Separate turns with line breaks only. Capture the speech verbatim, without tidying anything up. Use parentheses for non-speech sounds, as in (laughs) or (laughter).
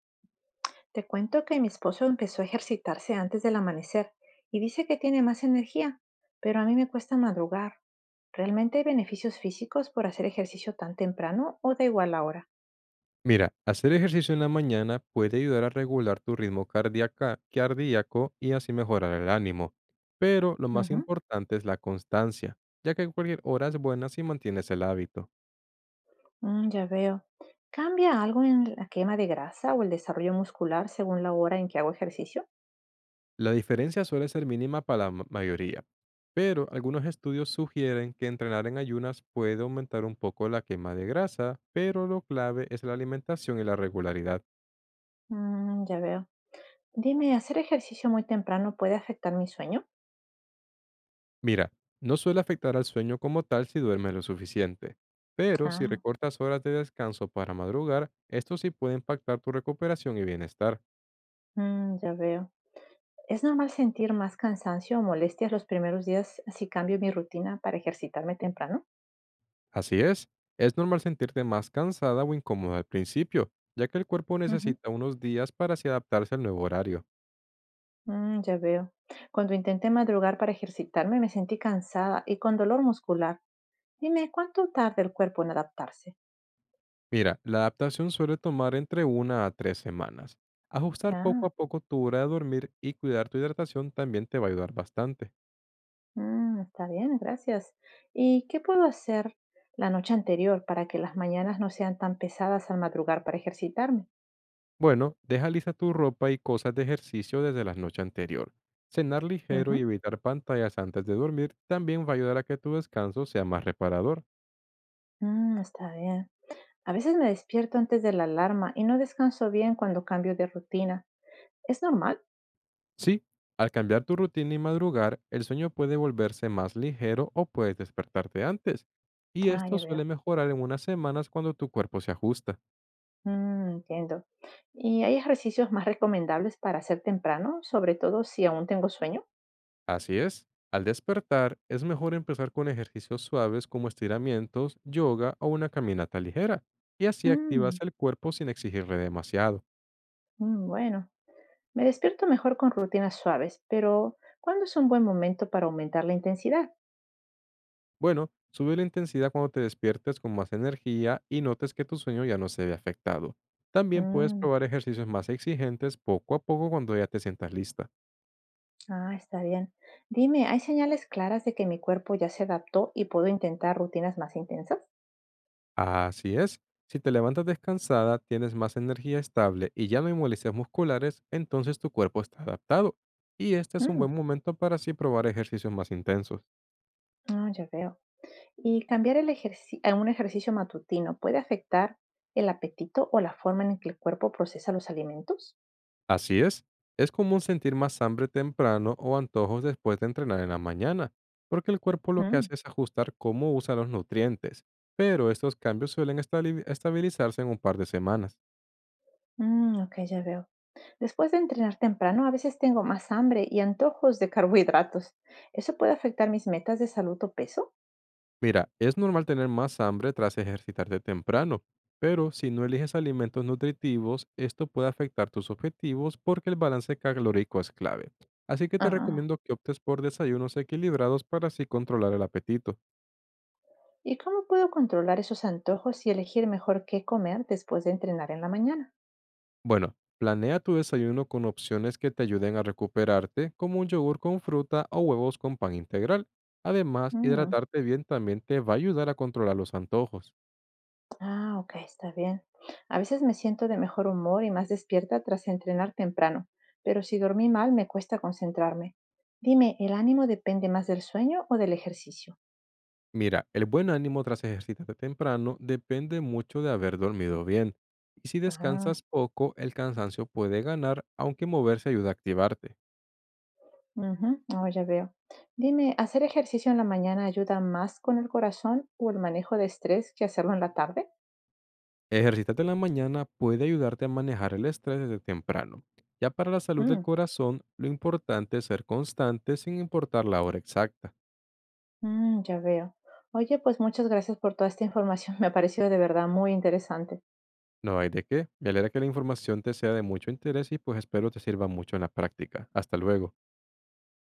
Te cuento que mi esposo empezó a ejercitarse antes del amanecer y dice que tiene más energía, pero a mí me cuesta madrugar. ¿Realmente hay beneficios físicos por hacer ejercicio tan temprano o da igual la hora?
Mira, hacer ejercicio en la mañana puede ayudar a regular tu ritmo cardíaca- cardíaco y así mejorar el ánimo. Pero lo más
Ujú.
importante es la constancia, ya que cualquier hora es buena si mantienes el hábito.
Mm, ya veo. ¿Cambia algo en la quema de grasa o el desarrollo muscular según la hora en que hago ejercicio?
La diferencia suele ser mínima para la ma- mayoría, pero algunos estudios sugieren que entrenar en ayunas puede aumentar un poco la quema de grasa, pero lo clave es la alimentación y la regularidad.
Mm, ya veo. Dime, ¿hacer ejercicio muy temprano puede afectar mi sueño?
Mira, no suele afectar al sueño como tal si duermes lo suficiente, pero si
Ah,
recortas horas de descanso para madrugar, esto sí puede impactar tu recuperación y bienestar.
mm, ya veo. Es normal sentir más cansancio o molestias los primeros días si cambio mi rutina para ejercitarme temprano.
Así es, es normal sentirte más cansada o incómoda al principio, ya que el cuerpo
Ujú.
necesita unos días para así adaptarse al nuevo horario.
Mm, ya veo. Cuando intenté madrugar para ejercitarme me sentí cansada y con dolor muscular. Dime, ¿cuánto tarda el cuerpo en adaptarse?
Mira, la adaptación suele tomar entre una a tres semanas. Ajustar poco a
Ah,
poco tu hora de dormir y cuidar tu hidratación también te va a ayudar bastante.
mm, está bien, gracias. ¿Y qué puedo hacer la noche anterior para que las mañanas no sean tan pesadas al madrugar para ejercitarme?
Bueno, deja lista tu ropa y cosas de ejercicio desde la noche anterior. Cenar ligero
Ujú.
y evitar pantallas antes de dormir también va a ayudar a que tu descanso sea más reparador.
Mm, está bien. A veces me despierto antes de la alarma y no descanso bien cuando cambio de rutina. ¿Es normal?
Sí, al cambiar tu rutina y madrugar, el sueño puede volverse más ligero o puedes despertarte antes. Y
Ah,
esto
ya veo.
suele mejorar en unas semanas cuando tu cuerpo se ajusta.
Mm, entiendo. ¿Y hay ejercicios más recomendables para hacer temprano, sobre todo si aún tengo sueño?
Así es, al despertar es mejor empezar con ejercicios suaves como estiramientos, yoga o una caminata ligera. Y así activas
Mm,
el cuerpo sin exigirle demasiado.
mm, bueno, me despierto mejor con rutinas suaves, pero ¿cuándo es un buen momento para aumentar la intensidad?
Bueno, sube la intensidad cuando te despiertes con más energía y notes que tu sueño ya no se ve afectado. También puedes
Mm,
probar ejercicios más exigentes poco a poco cuando ya te sientas lista.
ah, está bien. Dime, ¿hay señales claras de que mi cuerpo ya se adaptó y puedo intentar rutinas más intensas?
Así es, si te levantas descansada, tienes más energía estable y ya no hay molestias musculares, entonces tu cuerpo está adaptado. Y este es un
Mm,
buen momento para así probar ejercicios más intensos.
ah, ya veo. ¿Y cambiar el ejerci- a un ejercicio matutino puede afectar el apetito o la forma en que el cuerpo procesa los alimentos?
Así es, es común sentir más hambre temprano o antojos después de entrenar en la mañana, porque el cuerpo lo que
Mm,
hace es ajustar cómo usa los nutrientes, pero estos cambios suelen estali- estabilizarse en un par de semanas.
mm, ok, ya veo. Después de entrenar temprano, a veces tengo más hambre y antojos de (laughs) carbohidratos. ¿Eso puede afectar mis metas de salud o peso?
Mira, es normal tener más hambre tras ejercitarte temprano, pero si no eliges alimentos nutritivos, esto puede afectar tus objetivos porque el balance calórico es clave. Así que te
Ah.
recomiendo que optes por desayunos equilibrados para así controlar el apetito.
¿Y cómo puedo controlar esos antojos y elegir mejor qué comer después de entrenar en la mañana?
Bueno, planea tu desayuno con opciones que te ayuden a recuperarte, como un yogur con fruta o huevos con pan integral. Además,
Mm.
hidratarte bien también te va a ayudar a controlar los antojos.
Ah, ok, está bien. A veces me siento de mejor humor y más despierta tras entrenar temprano, pero si dormí mal me cuesta concentrarme. Dime, ¿el ánimo depende más del sueño o del ejercicio?
Mira, el buen ánimo tras ejercitarte temprano depende mucho de haber dormido bien. Y si
Ah,
descansas poco, el cansancio puede ganar, aunque moverse ayuda a activarte.
ujú, oh, ya veo. Dime, ¿hacer ejercicio en la mañana ayuda más con el corazón o el manejo de estrés que hacerlo en la tarde?
Ejercitarte en la mañana puede ayudarte a manejar el estrés desde temprano. Ya para la salud del
Mm,
corazón, lo importante es ser constante sin importar la hora exacta.
mm, ya veo. Oye, pues muchas gracias por toda esta información. (laughs) Me ha parecido de verdad muy interesante.
No hay de qué. Me alegra que la información te sea de mucho interés y pues espero te sirva mucho en la práctica. Hasta luego.